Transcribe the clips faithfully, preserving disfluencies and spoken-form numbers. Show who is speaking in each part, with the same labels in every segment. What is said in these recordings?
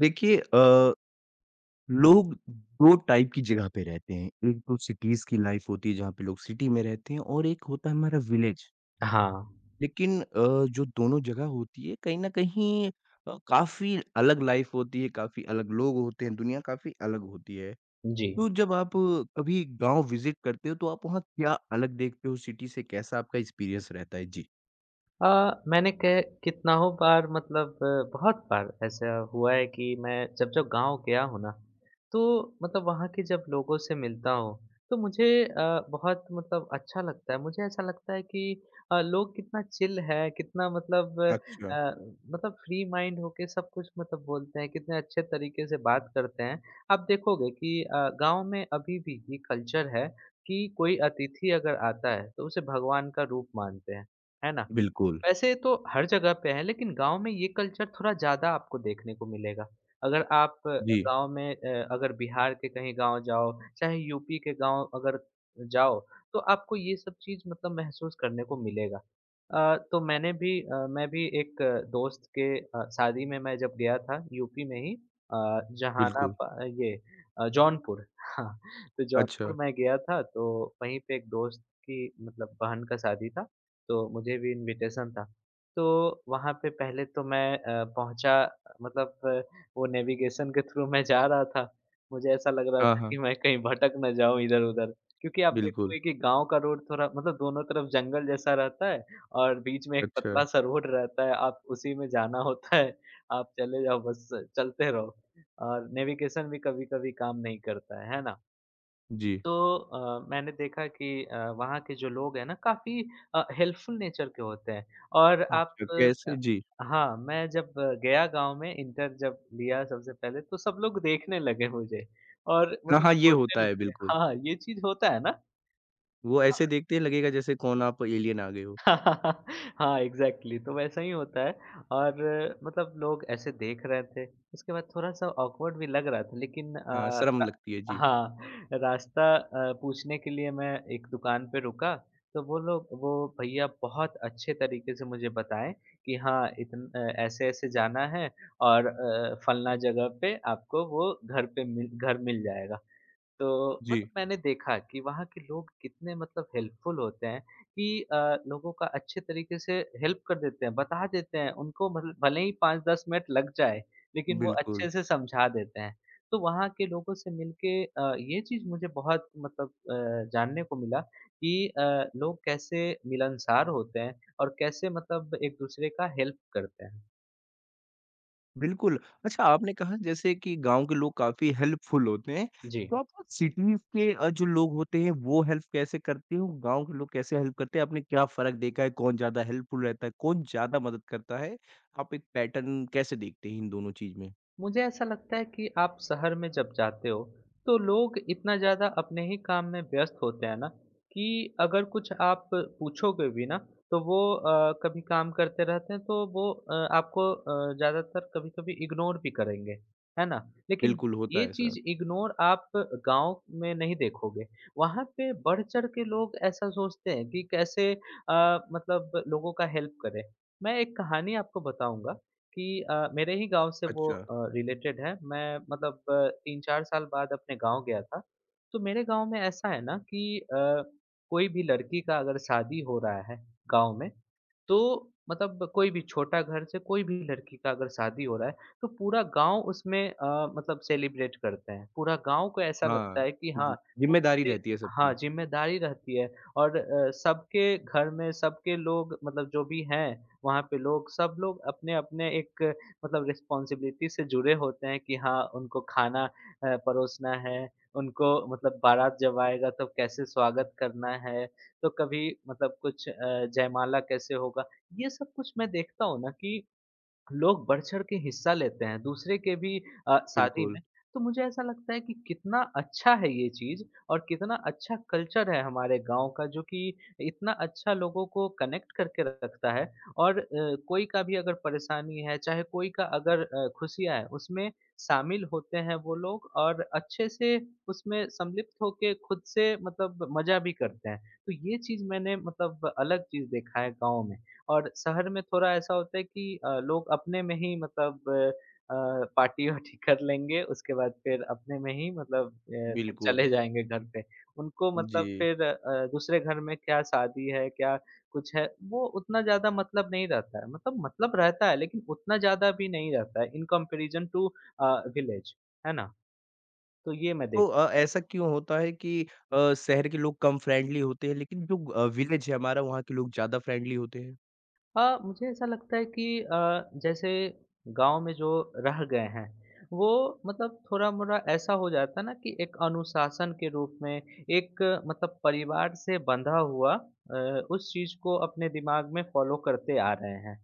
Speaker 1: देखिए अ, लोग दो टाइप की जगह पे रहते हैं। एक तो सिटीज़ की लाइफ़ होती है जहाँ पे लोग सिटी में रहते हैं और एक होता है हमारा विलेज।
Speaker 2: हाँ,
Speaker 1: लेकिन अ, जो दोनों जगह होती है कहीं न कहीं अ, काफ़ी अलग लाइफ़ होती है, काफ़ी अलग लोग होते हैं, दुनिया काफ़ी अलग होती है।
Speaker 2: जी।
Speaker 1: तो जब आप अ, कभी गाँव विज़िट करते हो तो आप वहाँ क्या अलग देखते हो सिटी से कैसा आपका एक्सपीरियंस रहता है? जी।
Speaker 2: अ, मैंने कै कितनाओं बार मतलब अ, बहुत बार ऐसा हुआ है कि मैं जब जब गाँव गया हूँ ना, तो मतलब वहाँ के जब लोगों से मिलता हूँ, तो मुझे अ, बहुत मतलब अच्छा लगता है। मुझे ऐसा लगता है कि अ, लोग कितना चिल है, कितना मतलब
Speaker 1: अच्छा।
Speaker 2: अ, मतलब फ्री माइंड होके सब कुछ मतलब बोलते हैं, कितने अच्छे तरीके से बात करते हैं। आप देखोगे कि अ, गाँव में अभी भी ये कल्चर है कि कोई अतिथि अगर आता है, तो उसे भगवान का रूप मानते हैं, है ना?
Speaker 1: बिल्कुल।
Speaker 2: वैसे तो हर जगह पे है, लेकिन गाँव में ये कल्चर थोड़ा ज़्यादा आपको देखने को मिलेगा। अगर आप
Speaker 1: जी,
Speaker 2: गाँव में अ, अगर बिहार के कहीं गाँव जाओ, चाहे यूपी के गाँव अगर जाओ, तो आपको ये सब चीज़ मतलब महसूस करने को मिलेगा। अ, तो मैंने भी अ, मैं भी एक अ, दोस्त के अ, शादी में मैं जब गया था यूपी में ही अ, जहाना
Speaker 1: बिल्कुल।
Speaker 2: प ये अ, जौनपुर हाँ, तो जौनपुर
Speaker 1: अच्छा।
Speaker 2: मैं गया था, तो वहीं पे एक दोस्त की मतलब बहन का शादी था। तो मुझे भी इन्विटेशन था। तो वहाँ पे पहले तो मैं अ, पहुँचा मतलब अ, वो नेविगेशन के थ्रू मैं जा रहा था। मुझे ऐसा लग रहा
Speaker 1: हाँ,
Speaker 2: था
Speaker 1: हाँ।
Speaker 2: कि मैं कहीं भटक ना जाऊँ इधर-उधर क्योंकि आप
Speaker 1: बिल्कुल।
Speaker 2: देखोगे कि गाँव का रोड थोड़ा मतलब दोनों तरफ जंगल जैसा रहता है और बीच में एक
Speaker 1: अच्छा।
Speaker 2: पतला-सा रोड रहता है, आप उसी में जाना होता है। आप चले जाओ बस चलते रहो और नेविगेशन भी कभी-कभी काम नहीं करता है, है ना?
Speaker 1: जी।
Speaker 2: तो अ, मैंने देखा कि अ, वहाँ के जो लोग हैं ना काफ़ी अ, हेल्पफुल नेचर के होते हैं और आप
Speaker 1: अच्छा,
Speaker 2: अ,
Speaker 1: कैसे? जी।
Speaker 2: हाँ, मैं जब अ, गया गाँव में इंटर जब लिया सबसे पहले तो सब लोग देखने लगे मुझे और
Speaker 1: हाँ,
Speaker 2: मतलब
Speaker 1: हाँ, ये होता
Speaker 2: बोलने
Speaker 1: है
Speaker 2: लगे
Speaker 1: बिल्कुल।
Speaker 2: हाँ, ये चीज़ होता है ना?
Speaker 1: वो ऐसे देखते हैं लगेगा जैसे कौन आप एलियन आ गए हो।
Speaker 2: हाँ, एग्ज़ैक्टली तो वैसा ही होता है और अ, मतलब लोग ऐसे देख रहे थे, उसके बाद थोड़ा-सा ऑकवर्ड भी लग रहा था लेकिन
Speaker 1: हाँ,
Speaker 2: अ,
Speaker 1: शर्म
Speaker 2: रा
Speaker 1: लगती है। जी।
Speaker 2: हाँ, रास्ता अ, पूछने के लिए मैं एक दुकान पे रुका, तो वो लोग वो भैया बहुत अच्छे तरीके से मुझे बताएँ कि हाँ, इतन अ, ऐसे-ऐसे जाना है और अ, फलना जगह पे आपको वो घर पे मिल घर मिल जाएगा। तो
Speaker 1: जी,
Speaker 2: मतलब मैंने देखा कि वहाँ के लोग कितने मतलब हेल्पफुल होते हैं कि अ, लोगों का अच्छे तरीके से हेल्प कर देते हैं, बता देते हैं। उनको मतलब भले ही पाँच दस मिनट लग जाए, लेकिन वो
Speaker 1: बिल्कुल।
Speaker 2: अच्छे से समझा देते हैं। तो वहाँ के लोगों से मिलके अ, ये चीज़ मुझे बहुत मतलब अ, जानने को मिला कि अ, लोग कैसे मिलनसार होते हैं और कैसे मतलब एक-दूसरे का हेल्प करते हैं।
Speaker 1: बिल्कुल, अच्छा आपने कहा जैसे कि गाँव के लोग काफ़ी हेल्पफुल होते हैं,
Speaker 2: जी।
Speaker 1: तो आप सिटीज़ के अ, जो लोग होते हैं वो हेल्प कैसे करते हो? गाँव के लोग कैसे हेल्प करते हैं? आपने क्या फ़र्क देखा है? कौन ज़्यादा हेल्पफुल रहता है? कौन ज़्यादा मदद करता है? आप एक पैटर्न कैसे देखते हैं इन दोनों चीज़ में?
Speaker 2: मुझे ऐसा लगता है कि आप शहर में जब जाते हो तो लोग इतना ज़्यादा अपने ही काम में व्यस्त होते हैं ना कि अगर कुछ आप पूछोगे भी ना तो वो अ, कभी काम करते रहते हैं तो वो अ, आपको अ, ज़्यादातर कभी-कभी इग्नोर भी करेंगे, है ना? लेकिन
Speaker 1: बिल्कुल, होता
Speaker 2: ये
Speaker 1: है ऐसा।
Speaker 2: चीज़ इग्नोर आप गाँव में नहीं देखोगे। वहाँ पे बढ़-चढ़ के लोग ऐसा सोचते हैं कि कैसे अ, मतलब लोगों का हेल्प करें। मैं एक कहानी आपको बताऊँगा कि अ, मेरे ही गाँव से वो
Speaker 1: अच्छा,
Speaker 2: अ, रिलेटेड है। मैं मतलब अ, तीन चार साल बाद अपने गाँव गया था। तो मेरे गाँव में ऐसा है ना कि अ, कोई भी लड़की का अगर शादी हो रहा है गाँव में, तो मतलब कोई भी छोटा घर से कोई भी लड़की का अगर शादी हो रहा है, तो पूरा गाँव उसमें अ, मतलब सेलिब्रेट करते हैं। पूरा गाँव को ऐसा लगता
Speaker 1: हाँ।
Speaker 2: है कि हाँ,
Speaker 1: जी,
Speaker 2: वो
Speaker 1: जिम्मेदारी
Speaker 2: मेरे
Speaker 1: रहती है
Speaker 2: हाँ,
Speaker 1: सबकी।
Speaker 2: ज़िम्मेदारी रहती है और अ, सबके घर में सबके लोग मतलब जो भी हैं वहाँ पे लोग सब लोग अपने-अपने एक मतलब रिस्पॉन्सिबिलिटी से जुड़े होते हैं कि हाँ, उनको खाना अ, परोसना है, उनको मतलब बारात जब आएगा तब कैसे स्वागत करना है, तो कभी मतलब कुछ अ, जयमाला कैसे होगा। ये सब कुछ मैं देखता हूँ ना कि लोग बढ़-चढ़ के हिस्सा लेते हैं दूसरे के भी अ, शादी
Speaker 1: बिल्कुल।
Speaker 2: में। तो मुझे ऐसा लगता है कि कितना अच्छा है ये चीज़ और कितना अच्छा कल्चर है हमारे गाँव का जो कि इतना अच्छा लोगों को कनेक्ट करके रखता है और अ, कोई का भी अगर परेशानी है, चाहे कोई का अगर अ, खुशियाँ है, उसमें शामिल होते हैं वो लोग और अच्छे से उसमें सम्मिलित होके खुद से मतलब मज़ा भी करते हैं। तो ये चीज़ मैंने मतलब अलग चीज़ देखा है गाँव में। और शहर में थोड़ा ऐसा होता है कि अ, लोग अपने में ही मतलब अ, पार्टी-वार्टी कर लेंगे, उसके बाद फिर अपने में ही मतलब अ, फिर
Speaker 1: बिल्कुल,
Speaker 2: चले जाएँगे घर पे। उनको मतलब
Speaker 1: जी।
Speaker 2: फिर अ, दूसरे घर में क्या शादी है, क्या कुछ है, वो उतना ज़्यादा मतलब नहीं रहता है। मतलब मतलब रहता है लेकिन उतना ज़्यादा भी नहीं रहता है in comparison to a, village, है ना? तो ये मैं
Speaker 1: तो
Speaker 2: देखता
Speaker 1: अ, ऐसा क्यों होता है कि अ, शहर के लोग कम फ्रेंडली होते हैं, लेकिन जो अ, विलेज है हमारा, वहाँ के लोग ज़्यादा फ्रेंडली होते हैं?
Speaker 2: हाँ, मुझे ऐसा लगता है कि अ, जैसे गाँव में जो रह गए हैं, वो मतलब थोड़ा-मोड़ा ऐसा हो जाता है ना कि एक अनुशासन के रूप में, एक मतलब परिवार से बंधा हुआ अ, उस चीज़ को अपने दिमाग में फ़ॉलो करते आ रहे हैं।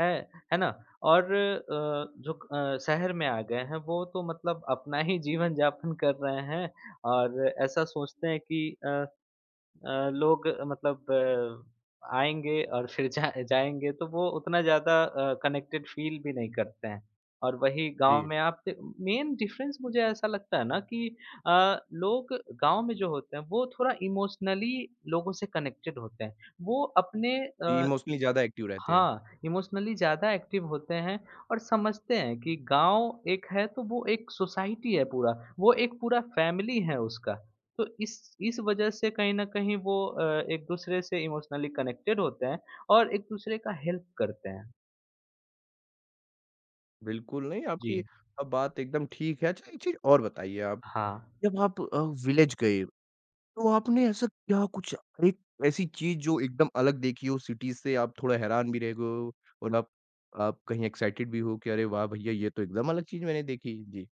Speaker 2: है, है ना? और अ, जो अ, शहर में आ गए हैं, वो तो मतलब अपना ही जीवन-यापन कर रहे हैं और ऐसा सोचते हैं कि अ अ, लोग मतलब अ, आएँगे और फिर जा जाएँगे तो वो उतना ज़्यादा अ, कनेक्टेड फ़ील भी नहीं करते हैं। और वही गाँव
Speaker 1: जी,
Speaker 2: में आप दे मेन डिफ़रेंस मुझे ऐसा लगता है ना कि अ, लोग गाँव में जो होते हैं वो थोड़ा इमोशनली लोगों से कनेक्टेड होते हैं। वो अपने अ,
Speaker 1: इमोशनली ज़्यादा एक्टिव रहते हैं।
Speaker 2: हाँ, इमोशनली ज़्यादा एक्टिव होते हैं और समझते हैं कि गाँव एक है तो वो एक सोसाइटी है पूरा, वो एक पूरा फैमिली है उसका। तो इस इस वजह से कहीं न कहीं वो अ, एक-दूसरे से इमोशनली कनेक्टेड होते हैं और एक-दूसरे का हेल्प करते हैं।
Speaker 1: बिल्कुल नहीं, आपकी
Speaker 2: जी,
Speaker 1: अ, बात एकदम ठीक है। अच्छा, एक चीज़ और बताइए आप,
Speaker 2: हाँ।
Speaker 1: जब आप अ, विलेज गए, तो आपने ऐसा क्या कुछ एक ऐसी चीज़ जो एकदम अलग देखी हो सिटी से, आप थोड़ा हैरान भी रह गए हो और आप आप कहीं एक्साइटेड भी हो कि, "अरे वाह! भैया, ये तो एकदम अलग चीज़ मैंने देखी।" जी,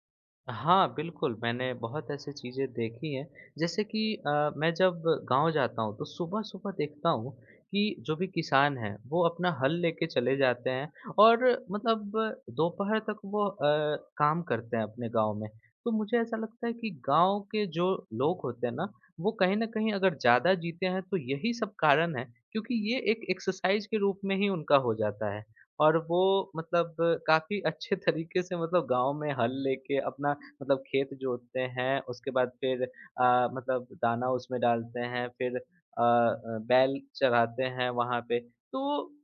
Speaker 2: हाँ, बिल्कुल, मैंने बहुत ऐसी चीज़ें देखी हैं, जैसे कि अ, मैं जब गाँव जाता हूँ, तो सुबह-सुबह देखता हूँ कि जो भी किसान हैं, वो अपना हल लेके चले जाते हैं और मतलब दोपहर तक वो अ, काम करते हैं अपने गाँव में। तो मुझे ऐसा लगता है कि गाँव के जो लोग होते हैं ना, वो कहीं न कहीं अगर ज़्यादा जीते हैं, तो यही सब कारण है, क्योंकि ये एक एक्सरसाइज़ के रूप में ही उनका हो जाता है और वो मतलब काफ़ी अच्छे तरीके से मतलब गाँव में हल लेके अपना मतलब खेत जोतते हैं, उसके बाद फिर अ, मतलब दाना उसमें डालते हैं, फिर अ अ, बैल चराते हैं वहाँ पे। तो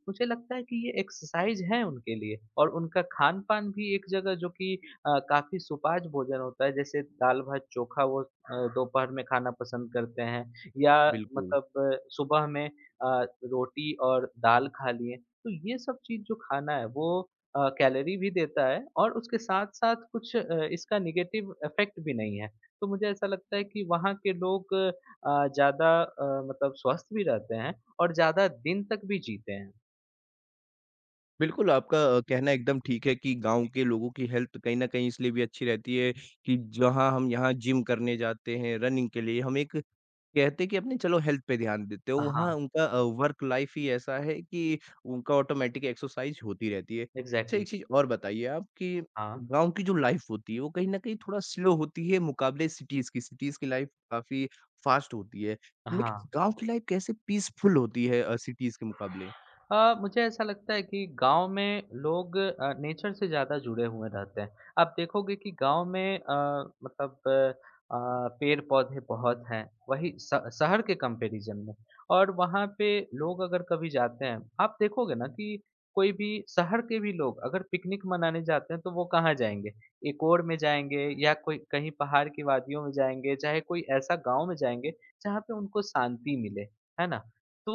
Speaker 2: मुझे लगता है कि ये एक्सरसाइज़ है उनके लिए और उनका खान-पान भी एक जगह जो कि अ, काफ़ी सुपाच्य भोजन होता है, जैसे दाल-भात चोखा वो अ, दोपहर में खाना पसंद करते हैं या
Speaker 1: बिल्कुल।
Speaker 2: मतलब अ, सुबह में अ, रोटी और दाल खा लिए। तो ये सब चीज़ जो खाना है, वो अ, कैलोरी भी देता है और उसके साथ-साथ कुछ अ, इसका नेगेटिव इफ़ेक्ट भी नहीं है। तो मुझे ऐसा लगता है कि वहाँ के लोग अ, ज़्यादा अ, मतलब स्वस्थ भी रहते हैं और ज़्यादा दिन तक भी जीते हैं।
Speaker 1: बिल्कुल, आपका अ, कहना एकदम ठीक है कि गाँव के लोगों की हेल्थ कहीं न कहीं इसलिए भी अच्छी रहती है कि जहाँ हम यहाँ जिम करने जाते हैं, रनिंग के लिए, हम एक कहते हैं कि अपने चलो हेल्थ पे ध्यान देते हो,
Speaker 2: हाँ,
Speaker 1: वहाँ उनका अ, वर्क लाइफ़ ही ऐसा है कि उनका ऑटोमैटिक एक्सरसाइज होती रहती है। अच्छा
Speaker 2: एग्ज़ैक्टली।
Speaker 1: एक चीज़ और बताइए आप कि
Speaker 2: हाँ,
Speaker 1: गाँव की जो लाइफ़ होती है, वो कहीं न कहीं थोड़ा स्लो होती है मुकाबले सिटीज़ की, सिटीज़ की लाइफ़ काफ़ी फ़ास्ट होती है। लेकिन
Speaker 2: हाँ।
Speaker 1: गाँव की लाइफ़ कैसे पीसफुल होती है अ, सिटीज़ के मुकाबले?
Speaker 2: अ, मुझे ऐसा लगता है कि गाँव में लोग अ, नेचर से ज़्यादा जुड़े हुए रहते हैं। आप देखोगे कि गाँव में अ, मतलब अ, पेड़-पौधे बहुत हैं, वहीं श शहर के कंपैरिज़न में और वहाँ पे लोग अगर कभी जाते हैं, आप देखोगे ना कि कोई भी शहर के भी लोग अगर पिकनिक मनाने जाते हैं, तो वो कहाँ जाएँगे? एकोर में जाएँगे या कोई कहीं पहाड़ की वादियों में जाएँगे, चाहे कोई ऐसा गाँव में जाएँगे, जहाँ पे उनको शांति मिले, है ना? तो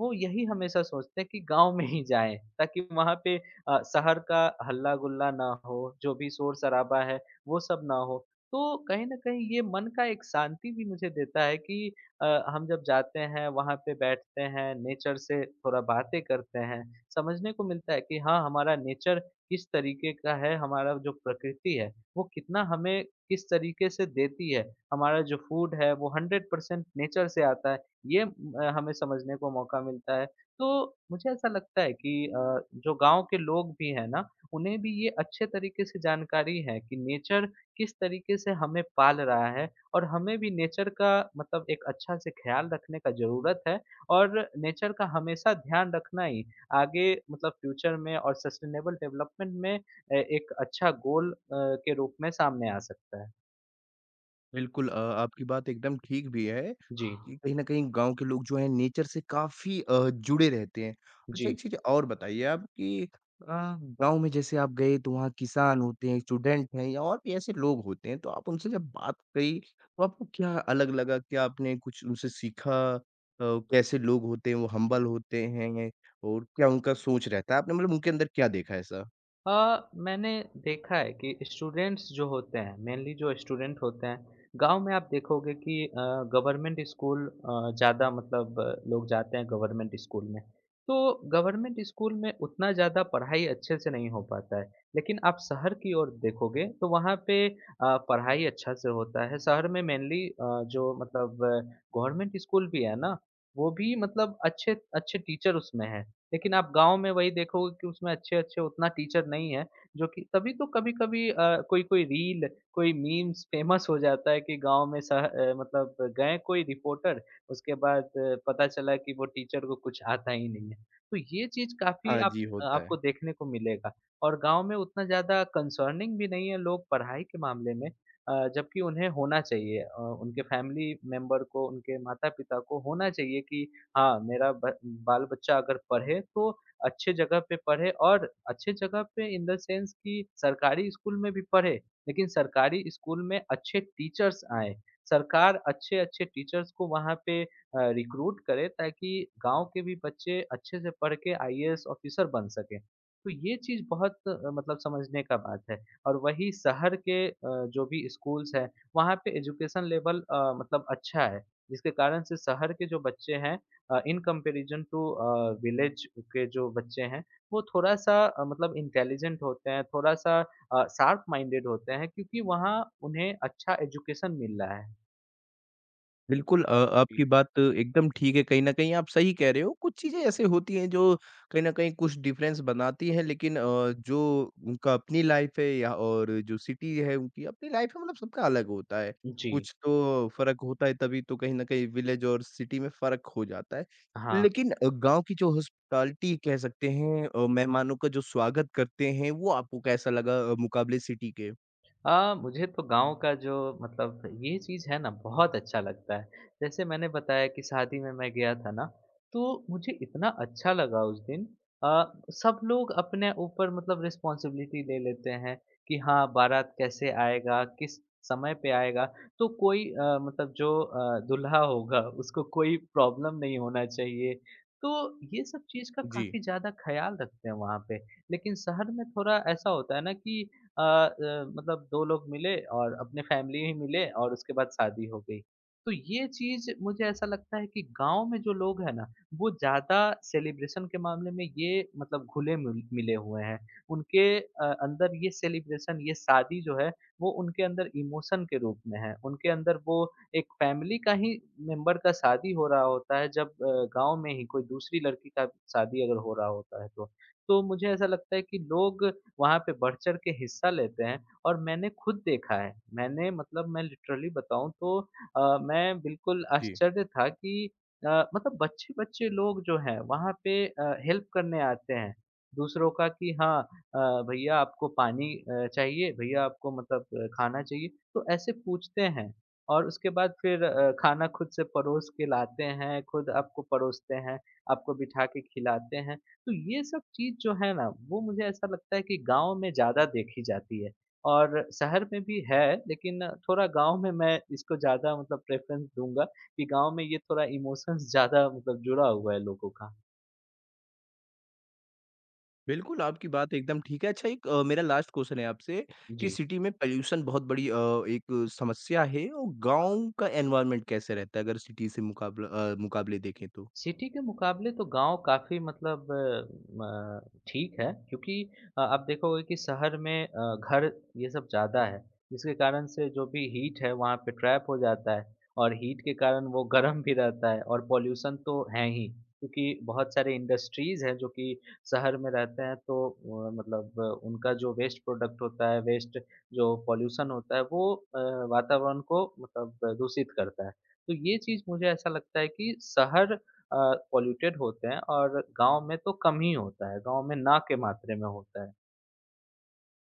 Speaker 2: वो यही हमेशा सोचते हैं कि गाँव में ही जाएँ, ताकि वहाँ पे अ, शहर का हल्ला-गुल्ला ना हो, जो भी शोर-शराबा है, वो सब ना हो। तो कहीं न कहीं ये मन का एक शांति भी मुझे देता है कि अ, हम जब जाते हैं, वहाँ पे बैठते हैं, नेचर से थोड़ा बातें करते हैं, समझने को मिलता है कि हाँ, हमारा नेचर किस तरीके का है, हमारा जो प्रकृति है, वो कितना हमें किस तरीके से देती है। हमारा जो फूड है, वो हंड्रेड परसेंट नेचर से आता है। ये अ, हमें समझने को मौका मिलता है। तो मुझे ऐसा लगता है कि अ, जो गाँव के लोग भी हैं ना, उन्हें भी ये अच्छे तरीके से जानकारी है कि नेचर किस तरीके से हमें पाल रहा है और हमें भी नेचर का मतलब एक अच्छा से ख़्याल रखने का ज़रूरत है और नेचर का हमेशा ध्यान रखना ही आगे मतलब फ्यूचर में और सस्टेनेबल डेवलपमेंट में ए एक अच्छा गोल अ, के रूप में सामने आ सकता है।
Speaker 1: बिल्कुल अ, आपकी बात एकदम ठीक भी है
Speaker 2: जी,
Speaker 1: कि कहीं न कहीं गाँव के लोग जो हैं नेचर से काफ़ी अ, जुड़े रहते हैं। अच्छा
Speaker 2: जी।
Speaker 1: एक चीज़ और बताइए आप कि अ, गाँव में जैसे आप गए तो वहाँ किसान होते हैं, स्टूडेंट हैं या और भी ऐसे लोग होते हैं, तो आप उनसे जब बात करी तो आपको क्या अलग लगा? क्या आपने कुछ उनसे सीखा? अ, कैसे लोग होते हैं, वो हम्बल होते हैं और क्या उनका सोच रहता है? आपने मतलब उनके अंदर क्या देखा ऐसा?
Speaker 2: हाँ, मैंने देखा है कि स्टूडेंट्स जो होते हैं मेनली जो स्टूडेंट होते हैं गांव में आप देखोगे कि गवर्नमेंट स्कूल ज़्यादा मतलब अ, लोग जाते हैं गवर्नमेंट स्कूल में। तो गवर्नमेंट स्कूल में उतना ज़्यादा पढ़ाई अच्छे से नहीं हो पाता है। लेकिन आप शहर की ओर देखोगे तो वहाँ पे अ, पढ़ाई अच्छा से होता है शहर में मेनली। जो मतलब गवर्नमेंट स्कूल भी है ना, वो भी मतलब अच्छे अच्छे टीचर उसमें हैं। लेकिन आप गाँव में वही देखोगे कि उसमें अच्छे-अच्छे उतना टीचर नहीं है, जो कि तभी तो कभी-कभी अ, कोई-कोई रील, कोई मीम्स फेमस हो जाता है कि गाँव में सह अ, मतलब गए कोई रिपोर्टर, उसके बाद अ, पता चला कि वो टीचर को कुछ आता ही नहीं है। तो ये चीज़ काफ़ी
Speaker 1: हाँ
Speaker 2: आप
Speaker 1: जी, होता है।
Speaker 2: आपको देखने को मिलेगा। और गाँव में उतना ज़्यादा कंसर्निंग भी नहीं है लोग पढ़ाई के मामले में। अ, जबकि उन्हें होना चाहिए, अ, उनके फैमिली मेंबर को, उनके माता-पिता को होना चाहिए कि हाँ, मेरा ब बाल-बच्चा अगर पढ़े तो अच्छे जगह पे पढ़े, और अच्छे जगह पे इन द सेंस कि सरकारी स्कूल में भी पढ़े, लेकिन सरकारी स्कूल में अच्छे टीचर्स आएँ। सरकार अच्छे-अच्छे टीचर्स को वहाँ पे अ, रिक्रूट करे ताकि गाँव के भी बच्चे अच्छे से पढ़ के आईएएस ऑफ़िसर बन सकें। तो ये चीज़ बहुत अ, मतलब समझने का बात है। और वही शहर के अ, जो भी स्कूल्स हैं, वहाँ पे एजुकेशन लेवल अ, मतलब अच्छा है, जिसके कारण से शहर के जो बच्चे हैं अ, in comparison to a, village के जो बच्चे हैं, वो थोड़ा-सा अ, मतलब इंटेलिजेंट होते हैं, थोड़ा-सा अ, शार्प माइंडेड होते हैं क्योंकि वहाँ उन्हें अच्छा एजुकेशन मिल रहा है।
Speaker 1: बिल्कुल अ, आपकी
Speaker 2: जी।
Speaker 1: बात एकदम ठीक है, कहीं न कहीं आप सही कह रहे हो, कुछ चीज़ें ऐसे होती हैं जो कहीं न कहीं कुछ डिफ़रेंस बनाती हैं लेकिन अ, जो उनका अपनी लाइफ़ है या और जो सिटी है उनकी अपनी लाइफ़ है मतलब सबका अलग होता है।
Speaker 2: जी।
Speaker 1: कुछ तो फ़र्क होता है तभी तो कहीं न कहीं विलेज और सिटी में फ़र्क हो जाता है।
Speaker 2: हाँ।
Speaker 1: लेकिन अ, गाँव की जो हॉस्पिटैलिटी कह सकते हैं अ, मेहमानों का जो स्वागत करते हैं, वो आपको कैसा लगा अ, मुकाबले सिटी के?
Speaker 2: अ, मुझे तो गाँव का जो मतलब ये चीज़ है ना, बहुत अच्छा लगता है। जैसे मैंने बताया कि शादी में मैं गया था ना, तो मुझे इतना अच्छा लगा उस दिन। अ, सब लोग अपने ऊपर मतलब रिस्पॉन्सिबिलिटी ले लेते हैं कि हाँ, बारात कैसे आएगा, किस समय पे आएगा। तो कोई अ, मतलब जो अ, दूल्हा होगा उसको कोई प्रॉब्लम नहीं होना चाहिए। तो ये सब चीज़ का
Speaker 1: जी,
Speaker 2: काफ़ी ज़्यादा ख़्याल रखते हैं वहाँ पे। लेकिन शहर में थोड़ा ऐसा होता है ना कि अ अ, मतलब दो लोग मिले और अपने फैमिली ही मिले और उसके बाद शादी हो गई। तो ये चीज़ मुझे ऐसा लगता है कि गाँव में जो लोग हैं ना, वो ज़्यादा सेलिब्रेशन के मामले में ये मतलब घुले मिल मिले हुए हैं। उनके अ, अंदर ये सेलिब्रेशन, ये शादी जो है, वो उनके अंदर इमोशन के रूप में है। उनके अंदर वो एक फैमिली का ही मेंबर का शादी हो रहा होता है जब अ, गाँव में ही कोई दूसरी लड़की का शादी अगर हो रहा होता है तो। तो मुझे ऐसा लगता है कि लोग वहाँ पे बढ़-चढ़ के हिस्सा लेते हैं और मैंने खुद देखा है। मैंने मतलब मैं लिटरली बताऊँ तो अ, मैं बिल्कुल
Speaker 1: जी।
Speaker 2: आश्चर्य था कि अ, मतलब बच्चे-बच्चे लोग जो हैं वहाँ पे अ, हेल्प करने आते हैं दूसरों का कि हाँ, अ, भैया आपको पानी अ, चाहिए? भैया आपको मतलब अ, खाना चाहिए? तो ऐसे पूछते हैं और उसके बाद फिर अ, खाना खुद से परोस के लाते हैं, खुद आपको परोसते हैं, आपको बिठा के खिलाते हैं। तो ये सब चीज़ जो है ना, वो मुझे ऐसा लगता है कि गाँव में ज़्यादा देखी जाती है और शहर में भी है, लेकिन थोड़ा गाँव में मैं इसको ज़्यादा मतलब प्रेफ़रेंस दूँगा कि गाँव में ये थोड़ा इमोशंस ज़्यादा मतलब जुड़ा हुआ है लोगों का।
Speaker 1: बिल्कुल, आपकी बात एकदम ठीक है। अच्छा एक अ, मेरा लास्ट क्वेश्चन है आपसे कि
Speaker 2: जी।
Speaker 1: सिटी में पॉल्यूशन बहुत बड़ी अ, एक समस्या है और गाँव का एनवायरनमेंट कैसे रहता है अगर सिटी से मुकाबला अ, मुकाबले देखें तो?
Speaker 2: सिटी के मुकाबले तो गाँव काफ़ी मतलब अ, अ, ठीक है क्योंकि अ, आप देखोगे कि शहर में अ, घर ये सब ज़्यादा है, जिसके कारण से जो भी हीट है वहाँ पे ट्रैप हो जाता है और हीट के कारण वो गर्म भी रहता है और पॉल्यूशन तो है ही क्योंकि बहुत सारे इंडस्ट्रीज़ हैं जो कि शहर में रहते हैं तो अ, मतलब अ, उनका जो वेस्ट प्रोडक्ट होता है, वेस्ट जो पॉल्यूशन होता है वो अ, वातावरण को मतलब अ, दूषित करता है। तो ये चीज़ मुझे ऐसा लगता है कि शहर अ, पॉल्यूटेड होते हैं और गाँव में तो कम ही होता है, गाँव में ना के मात्रे में होता है।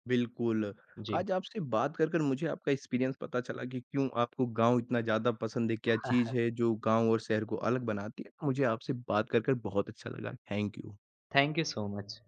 Speaker 1: बिल्कुल,
Speaker 2: जी,
Speaker 1: आज आपसे बात कर, कर मुझे आपका एक्सपीरियंस पता चला कि क्यों आपको गाँव इतना ज़्यादा पसंद है, क्या चीज़ है जो गाँव और शहर को अलग बनाती है। मुझे आपसे बात कर, कर बहुत अच्छा लगा। Thank you.
Speaker 2: Thank you so much.